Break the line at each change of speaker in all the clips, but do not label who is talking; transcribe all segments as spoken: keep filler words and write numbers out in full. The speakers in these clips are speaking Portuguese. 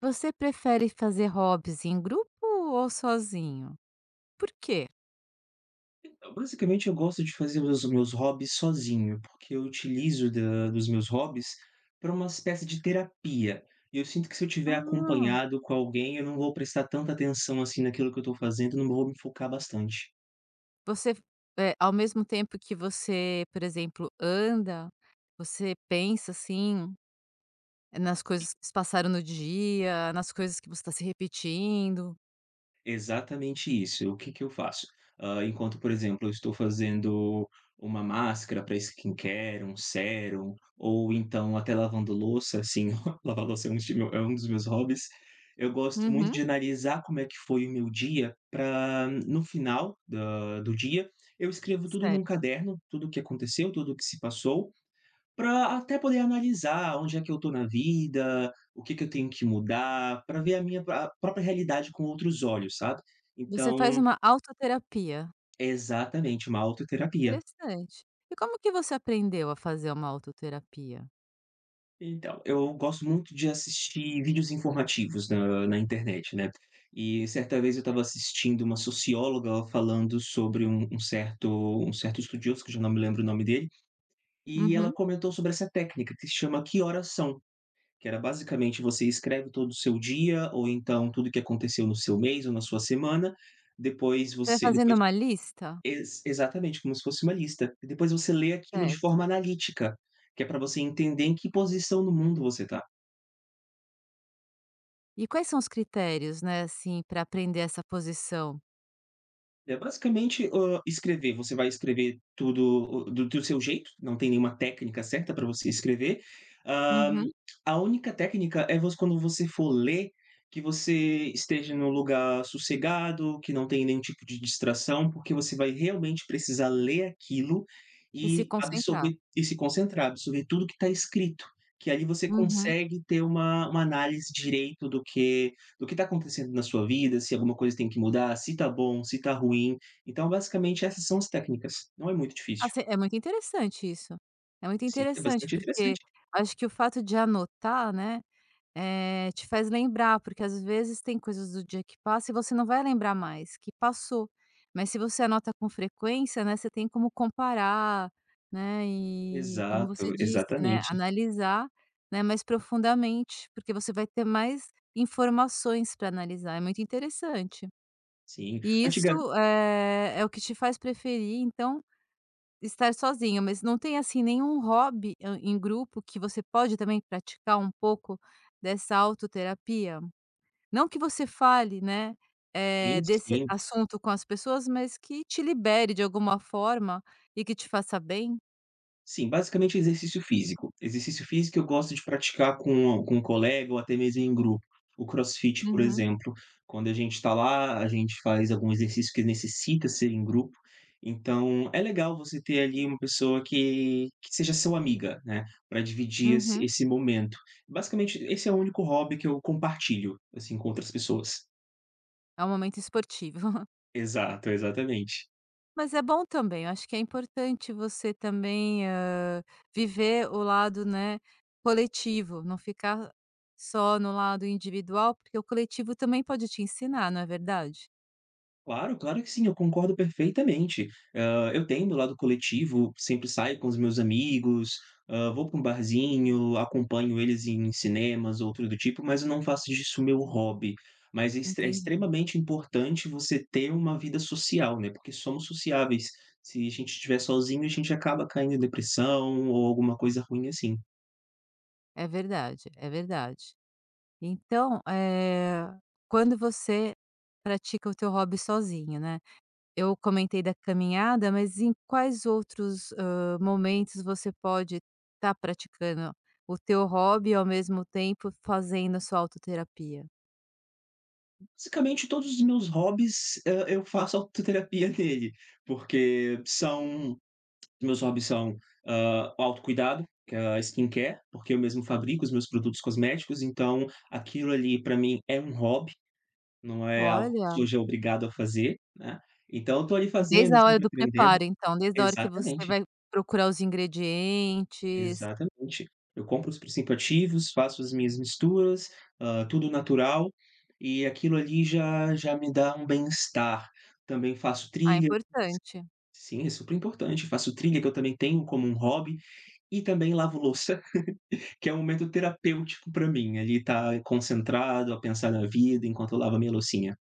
Você prefere fazer hobbies em grupo ou sozinho? Por quê?
Basicamente, eu gosto de fazer os meus hobbies sozinho, porque eu utilizo da dos meus hobbies para uma espécie de terapia. E eu sinto que se eu tiver
Ah.
acompanhado com alguém, eu não vou prestar tanta atenção, assim, naquilo que eu estou fazendo, não vou me focar bastante.
Você, eh, ao mesmo tempo que você, por exemplo, anda, você pensa, assim, nas coisas que se passaram no dia, nas coisas que você está se repetindo.
Exatamente isso. O que que eu faço? Hã, enquanto, por exemplo, eu estou fazendo uma máscara para skincare, um sérum, ou então até lavando louça, assim, lavar louça é um estilo é um dos meus hobbies. Eu gosto muito
Uhum,
de analisar como é que foi o meu dia para no final da do dia, eu escrevo tudo num
certo.
caderno, tudo o que aconteceu, tudo o que se passou, para até poder analisar onde é que eu estou na vida, o que que eu tenho que mudar, para ver a minha pró- a própria realidade com outros olhos, sabe.
Você faz
Então
uma autoterapia.
é exatamente, uma autoterapia.
Interessante. E como que você aprendeu a fazer uma autoterapia?
Então, eu gosto muito de assistir vídeos informativos na na internet, né. E certa vez eu estava assistindo uma socióloga falando sobre um um certo um certo estudioso, que eu já não me lembro o nome dele, e ela
Uhum.
comentou sobre essa técnica que se chama "Que horas são?". Que era basicamente você escreve todo o seu dia ou então tudo que aconteceu no seu mês ou na sua semana. depois
Você vai
você
fazendo
depois
uma lista?
ex exatamente, como se fosse uma lista. E depois você lê aquilo de forma
Certo.
analítica, que é para você entender em que posição no mundo você está.
E quais são os critérios, né, assim, para aprender essa posição?
É basicamente, hã, escrever. Você vai escrever tudo o do do seu jeito, não tem nenhuma técnica certa para você escrever. Hã,
Uhum.
a única técnica é voc quando você for ler, que você esteja num lugar sossegado, que não tem nenhum tipo de distração, porque você vai realmente precisar ler aquilo
E se
e
concentrar.
absorver e se concentrar, absorver tudo que está escrito, que ali você
Uhum.
consegue ter uma uma análise direito do que do que está acontecendo na sua vida, se alguma coisa tem que mudar, se está bom, se está ruim. Então, basicamente, essas são as técnicas. Não é muito difícil.
Assim, é muito interessante isso. É muito
Sim, é
interessante,
bastante
porque
interessante.
acho que o fato de anotar, né, Eh, te faz lembrar, porque às vezes tem coisas do dia que passa e você não vai lembrar mais, que passou. Mas se você anota com frequência, né, você tem como comparar, né, e como você
Exato,
disse, né,
exatamente.
analisar, né, mais profundamente, porque você vai ter mais informações para analisar, é muito interessante.
Sim.
E isso,
Antigamente,
eh, é o que te faz preferir, então estar sozinho, mas não tem, assim, nenhum hobby hã, em grupo que você pode também praticar um pouco dessa autoterapia? Não que você fale, né, eh, desse
sim.
assunto com as pessoas, mas que te libere de alguma forma e que te faça bem.
Sim, basicamente exercício físico. Exercício físico eu gosto de praticar com com um colega ou até mesmo em grupo. O CrossFit, por
Uhum,
exemplo, quando a gente está lá, a gente faz algum exercício que necessita ser em grupo, então é legal você ter ali uma pessoa que que seja seu amiga, né, para dividir esse
uhum.
esse momento. Basicamente, esse é o único hobby que eu compartilho, assim, com outras pessoas.
É um momento esportivo.
Exato, exatamente.
Mas é bom também, eu acho que é importante você também, hã, viver o lado, né, coletivo, não ficar só no lado individual, porque o coletivo também pode te ensinar, não é verdade?
Claro, claro que sim, eu concordo perfeitamente. Hã, eu tenho meu lado coletivo, sempre saio com os meus amigos, hã, vou para um barzinho, acompanho eles em cinemas ou outro do tipo, mas eu não faço disso meu hobby. Mas é ex é
Entendi.
extremamente importante você ter uma vida social, né, porque somos sociáveis. Se a gente estiver sozinho, a gente acaba caindo em depressão ou alguma coisa ruim assim.
É verdade, é verdade. Então, eh, quando você pratica o teu hobby sozinho, né. Eu comentei da caminhada, mas em quais outros, hã, momentos você pode estar praticando o teu hobby e ao mesmo tempo fazendo a sua autoterapia?
Basicamente todos os meus hobbies, hã, eu faço autoterapia nele, porque são os meus hobbies são, hã, o autocuidado, que é a skincare, porque eu mesmo fabrico os meus produtos cosméticos, então aquilo ali para mim é um hobby, não é algo que
Olha,
eu seja obrigado a fazer, né. Então eu tô ali
desde
fazendo,
a hora
sempre
do
aprendendo
preparo então, desde a hora que você
exatamente,
vai procurar os ingredientes.
exatamente. Eu compro os princípio ativos, faço as minhas misturas, hã, tudo natural, e aquilo ali já já me dá um bem-estar. Também faço
Ah,
trilha
importante.
sim, é super importante. Faço trilha, que eu também tenho como um hobby, e também lavo louça. Que é um momento terapêutico para mim, ali estar concentrado a pensar na vida enquanto eu lavo a minha loucinha.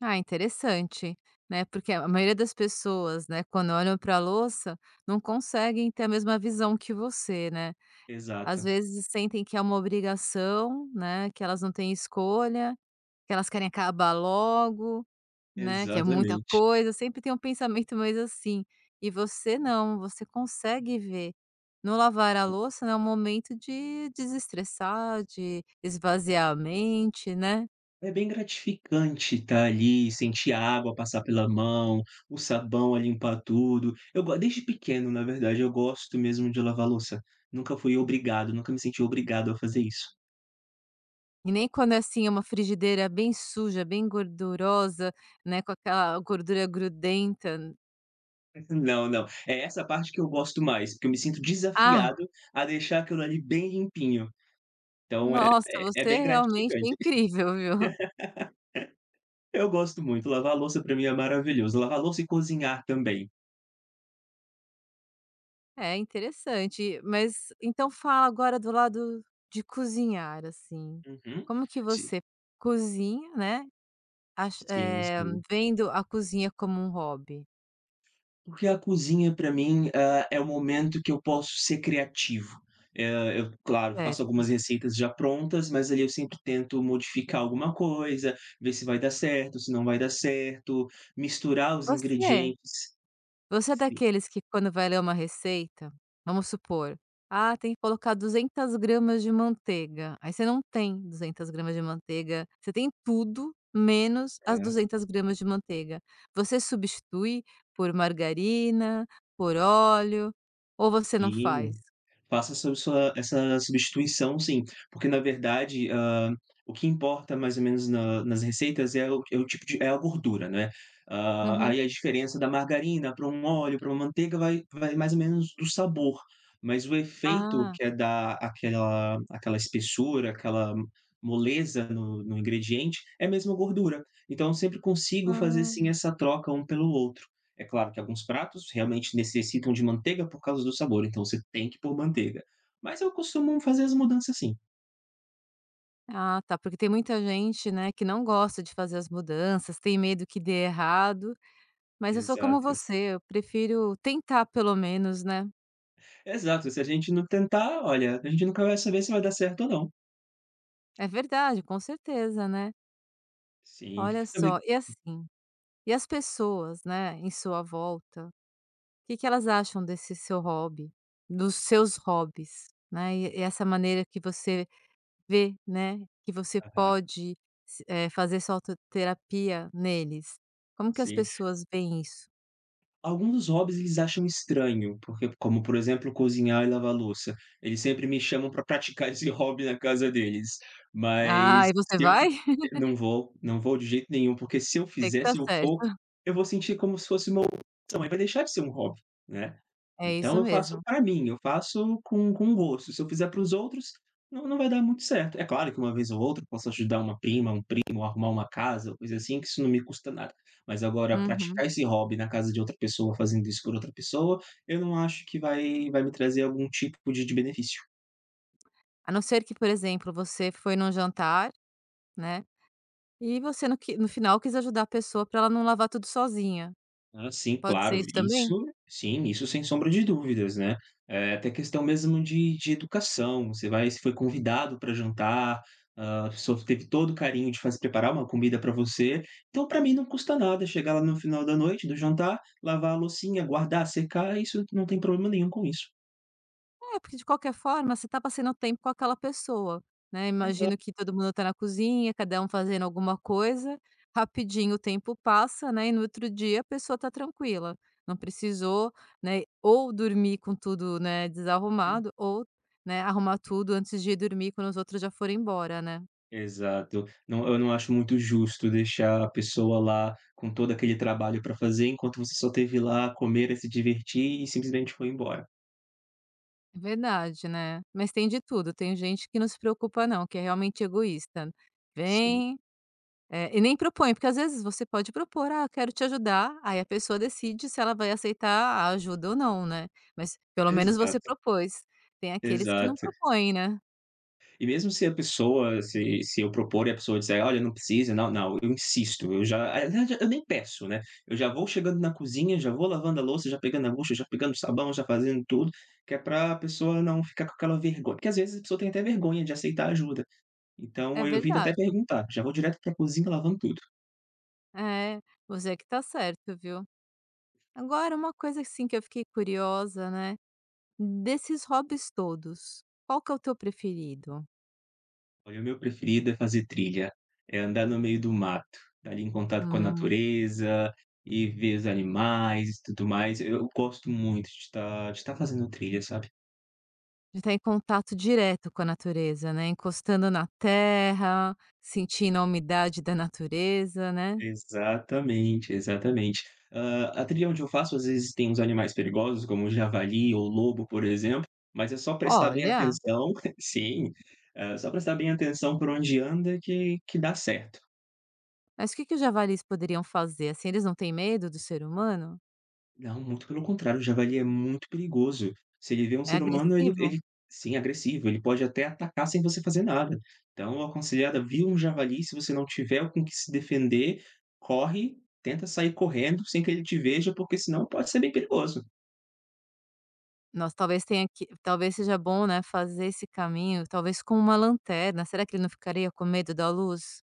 Ah, interessante, né, porque a maioria das pessoas, né, quando olham para a louça, não conseguem ter a mesma visão que você, né. Às
Exato,
vezes sentem que é uma obrigação, né, que elas não têm escolha, que elas querem acabar logo, né, que é muita
exatamente.
coisa, sempre tem um pensamento mais assim. E você não, você consegue ver. No lavar a louça, né, é um momento de desestressar, de esvaziar a mente, né.
É bem gratificante estar ali, sentir a água passar pela mão, o sabão a limpar tudo. Eu go desde pequeno, na verdade, eu gosto mesmo de lavar louça. Nunca fui obrigado, nunca me senti obrigado a fazer isso.
E nem quando é assim, é uma frigideira bem suja, bem gordurosa, né, com aquela gordura grudenta.
Não, não. É essa parte que eu gosto mais, porque eu me sinto
Ah,
desafiado a deixar aquilo ali bem limpinho. Então é
nossa,
é
você
bem
realmente é
gratificante.
incrível, viu.
Eu gosto muito, lavar a louça pra mim é maravilhoso, lavar a louça e cozinhar também.
É interessante, mas então fala agora do lado de cozinhar, assim.
Uhum.
Como que
Si
você cozinha, né, ach
sim,
eh,
sim.
vendo a cozinha como um hobby,
Porque a cozinha pra mim, hã, é o momento que eu posso ser criativo. Eh, eu, claro, faço
certo.
algumas receitas já prontas, mas ali eu sempre tento modificar alguma coisa, ver se vai dar certo, se não vai dar certo, misturar os
Você
ingredientes.
Você é
Sim,
daqueles que quando vai ler uma receita, vamos supor, ah, tem que colocar duzentos gramas de manteiga, aí você não tem duzentos gramas de manteiga, você tem tudo menos as
tá.
duzentos gramas de manteiga. Você substitui por margarina, por óleo, ou você não faz?
Sim. Faça essa sua essa substituição sim, porque na verdade, hã, o que importa mais ou menos na nas receitas é o é o tipo de é a gordura, né. Hã,
Uhum.
aí a diferença da margarina para um óleo, para uma manteiga vai vai mais ou menos do sabor, mas o efeito
Ah,
que é dar aquela aquela espessura, aquela moleza no no ingrediente, é mesmo a gordura. Então eu sempre consigo fazer
ah,
sim essa troca um pelo outro. É claro que alguns pratos realmente necessitam de manteiga por causa do sabor, então você tem que pôr manteiga. Mas eu costumo fazer as mudanças assim.
ah tá, porque tem muita gente, né, que não gosta de fazer as mudanças, tem medo que dê errado, mas eu sou como
Exato.
você, eu prefiro tentar pelo menos, né?
Exato, se a gente não tentar, olha, a gente nunca vai saber se vai dar certo ou não.
É verdade, com certeza, né.
Sim,
Olha
também
só, e assim, e as pessoas, né, em sua volta, o que que elas acham desse seu hobby, dos seus hobbies, né, e e essa maneira que você vê, né, que você
aham,
pode se eh, fazer sua autoterapia neles. Como que as
sim.
pessoas veem isso?
Alguns hobbies eles acham estranho, porque como, por exemplo, cozinhar e lavar louça. Eles sempre me chamam para praticar esse hobby na casa deles, mas
Ah, e você
se eu fi
vai?
não vou, não vou de jeito nenhum, porque se eu
Tem que
fizer, se
estar
eu for,
certa.
eu vou sentir como se fosse uma obrigação, aí vai deixar de ser um hobby, né.
É
Então
isso
eu faço
mesmo.
para mim, eu faço com com gosto, se eu fizer para os outros, não não vai dar muito certo. É claro que uma vez ou outra eu posso ajudar uma prima, um primo, arrumar uma casa, coisa assim, que isso não me custa nada. Mas agora
Uhum.
praticar esse hobby na casa de outra pessoa, fazendo isso por outra pessoa, eu não acho que vai vai me trazer algum tipo de de benefício.
A não ser que, por exemplo, você foi num jantar, né. E você no que no final quis ajudar a pessoa para ela não lavar tudo sozinha.
Ah, sim,
Pode ser
claro,
isso também?
isso sim, isso sem sombra de dúvidas, né. Eh, até questão mesmo de de educação, você vai se foi convidado para jantar, hã, a pessoa teve todo o carinho de fazer preparar uma comida para você, então para mim não custa nada chegar lá no final da noite, do jantar, lavar a loucinha, guardar, secar, isso não tem problema nenhum com isso.
É, porque de qualquer forma você está passando tempo com aquela pessoa, né,
Exato.
imagino que todo mundo está na cozinha, cada um fazendo alguma coisa, rapidinho o tempo passa, né, e no outro dia a pessoa está tranquila, não precisou, né, ou dormir com tudo, né, desarrumado ou, né, arrumar tudo antes de ir dormir quando os outros já foram embora, né.
Exato. Não, eu não acho muito justo deixar a pessoa lá com todo aquele trabalho para fazer, enquanto você só teve lá comer e se divertir e simplesmente foi embora.
É verdade, né. Mas tem de tudo, tem gente que não se preocupa não, que é realmente egoísta.
Sim,
Vem, eh, e nem propõe, porque às vezes você pode propor: "Ah, quero te ajudar", aí a pessoa decide se ela vai aceitar a ajuda ou não, né. Mas pelo menos você
exato,
propôs. Tem aqueles que não
exato.
propõem, né.
E mesmo se a pessoa se se eu propor e a pessoa disser: "Olha, não precisa", não, não, eu insisto, eu já eu já- eu nem peço, né, eu já vou chegando na cozinha, já vou lavando a louça, já pegando a bucha, já pegando o sabão, já fazendo tudo, que é pra pessoa não ficar com aquela vergonha, porque às vezes a pessoa tem até vergonha de aceitar ajuda.
É
Então eu evito até
verdade.
perguntar, já vou direto para a cozinha lavando tudo.
É, você é que tá certo, viu. Agora uma coisa, assim, que eu fiquei curiosa, né, desses hobbies todos, qual que é o teu preferido?
Olha, o meu preferido é fazer trilha, é andar no meio do mato, estar ali em contato com a
Hum.
natureza e ver os animais e tudo mais. Eu gosto muito de estar de estar fazendo trilha, sabe.
De estar em contato direto com a natureza, né, encostando na terra, sentindo a umidade da natureza, né.
Exatamente, exatamente. Hã, a trilha onde eu faço, às vezes, tem uns animais perigosos, como o javali ou o lobo, por exemplo, mas é só prestar bem
Olha,
atenção sim, hã, só prestar bem atenção por onde anda que que dá certo.
mas o que que os javalis poderiam fazer, assim, eles não têm medo do ser humano?
Não, muito pelo contrário, o javali é muito perigoso. Se ele vê um
É
ser humano, ele
agressivo?
ele sim, agressivo, ele pode até atacar sem você fazer nada. Então, a aconselhada, viu um javali, se você não tiver com o que se defender, corre, tenta sair correndo sem que ele te veja, porque senão pode ser bem perigoso.
Nós talvez tenha que talvez seja bom, né, fazer esse caminho, talvez com uma lanterna, será que ele não ficaria com medo da luz?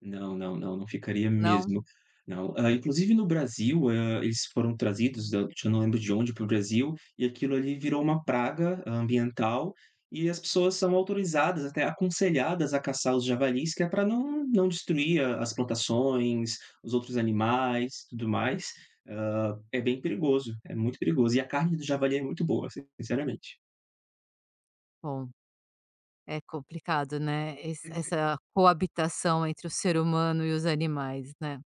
Não, não, não, não ficaria
Não?
mesmo. Não. Ah, inclusive no Brasil, hã, eles foram trazidos da já não lembro de onde para o Brasil, e aquilo ali virou uma praga ah, ambiental, e as pessoas são autorizadas, até aconselhadas a caçar os javalis, que é para não não destruir a as plantações, os outros animais, tudo mais. Hã, é bem perigoso, é muito perigoso. E a carne do javali é muito boa, sin- sinceramente.
Bom, é complicado, né, esse essa coabitação entre o ser humano e os animais, né,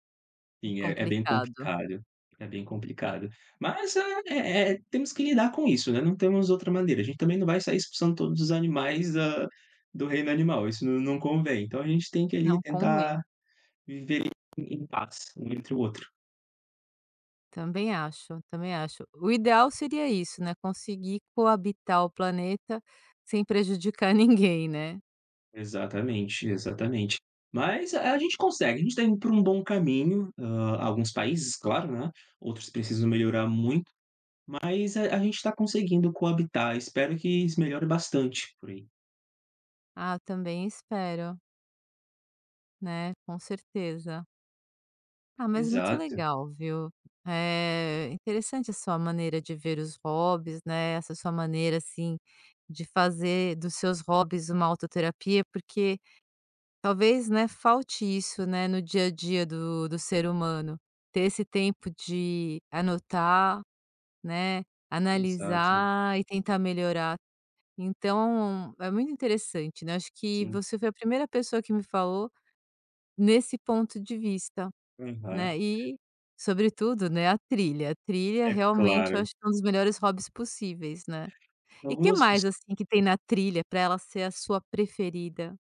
é
Sim, é é bem
complicado,
complicado, é bem complicado. Mas, ah, é é temos que lidar com isso, né, não temos outra maneira. A gente também não vai sair expulsando todos os animais da do reino animal, isso não não convém. Então a gente tem que ali
não convém.
tentar viver em em paz um entre o outro.
Também acho, também acho. O ideal seria isso, né, conseguir coabitar o planeta sem prejudicar ninguém, né.
Exatamente, exatamente. Mas a gente consegue, a gente está indo por um bom caminho, hã, alguns países, claro, né, outros precisam melhorar muito, mas a a gente está conseguindo coabitar, espero que isso melhore bastante por aí.
Ah, também espero, né, com certeza. Ah, mas muito
Exato.
legal, viu. É interessante a sua maneira de ver os hobbies, né, essa sua maneira, assim, de fazer dos seus hobbies uma autoterapia, porque talvez, né, falte isso, né, no dia a dia do do ser humano, ter esse tempo de anotar. Né,
Exato,
analisar e tentar melhorar. Então, é muito interessante, né, acho que
sim.
você foi a primeira pessoa que me falou nesse ponto de vista,
Aham,
né, e sobretudo, né, a trilha. A trilha
é
realmente
claro.
eu acho que é um dos melhores hobbies possíveis, né. E que
Algumas pesso
mais, assim, que tem na trilha para ela ser a sua preferida?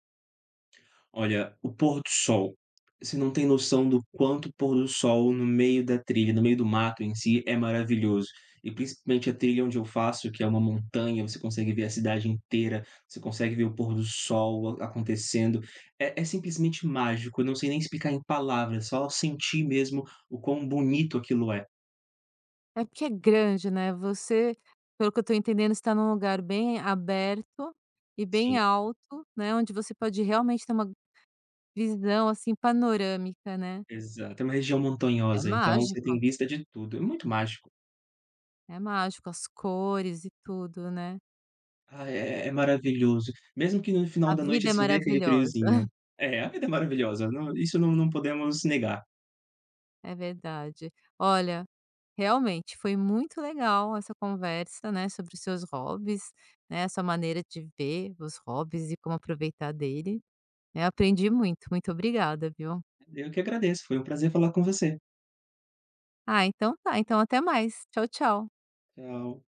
olha, o pôr do sol, você não tem noção do quanto o pôr do sol no meio da trilha, no meio do mato em si, é maravilhoso. E principalmente a trilha onde eu faço, que é uma montanha, você consegue ver a cidade inteira, você consegue ver o pôr do sol a acontecendo. É é simplesmente mágico, eu não sei nem explicar em palavras, só sentir mesmo o quão bonito aquilo é.
É porque é grande, né, você, pelo que eu tô entendendo, está num lugar bem aberto e bem
Sim,
alto, né, onde você pode realmente ter uma visão, assim, panorâmica, né.
exato. É uma região
É
montanhosa, então você tem
mágico.
vista de tudo, é muito mágico.
É mágico, as cores e tudo, né.
Ah, é é maravilhoso. Mesmo que no final
A
da noite,
vida é
assim, dê aquele
maravilhosa.
friozinho. É, a vida é maravilhosa, não, isso não não podemos negar.
É verdade. Olha, realmente foi muito legal essa conversa, né, sobre os seus hobbies, né, a sua maneira de ver os hobbies e como aproveitar dele, né. Aprendi muito, muito obrigada, viu.
Eu que agradeço, foi um prazer falar com você.
Ah, então tá, então até mais. Tchau, tchau.
Tchau.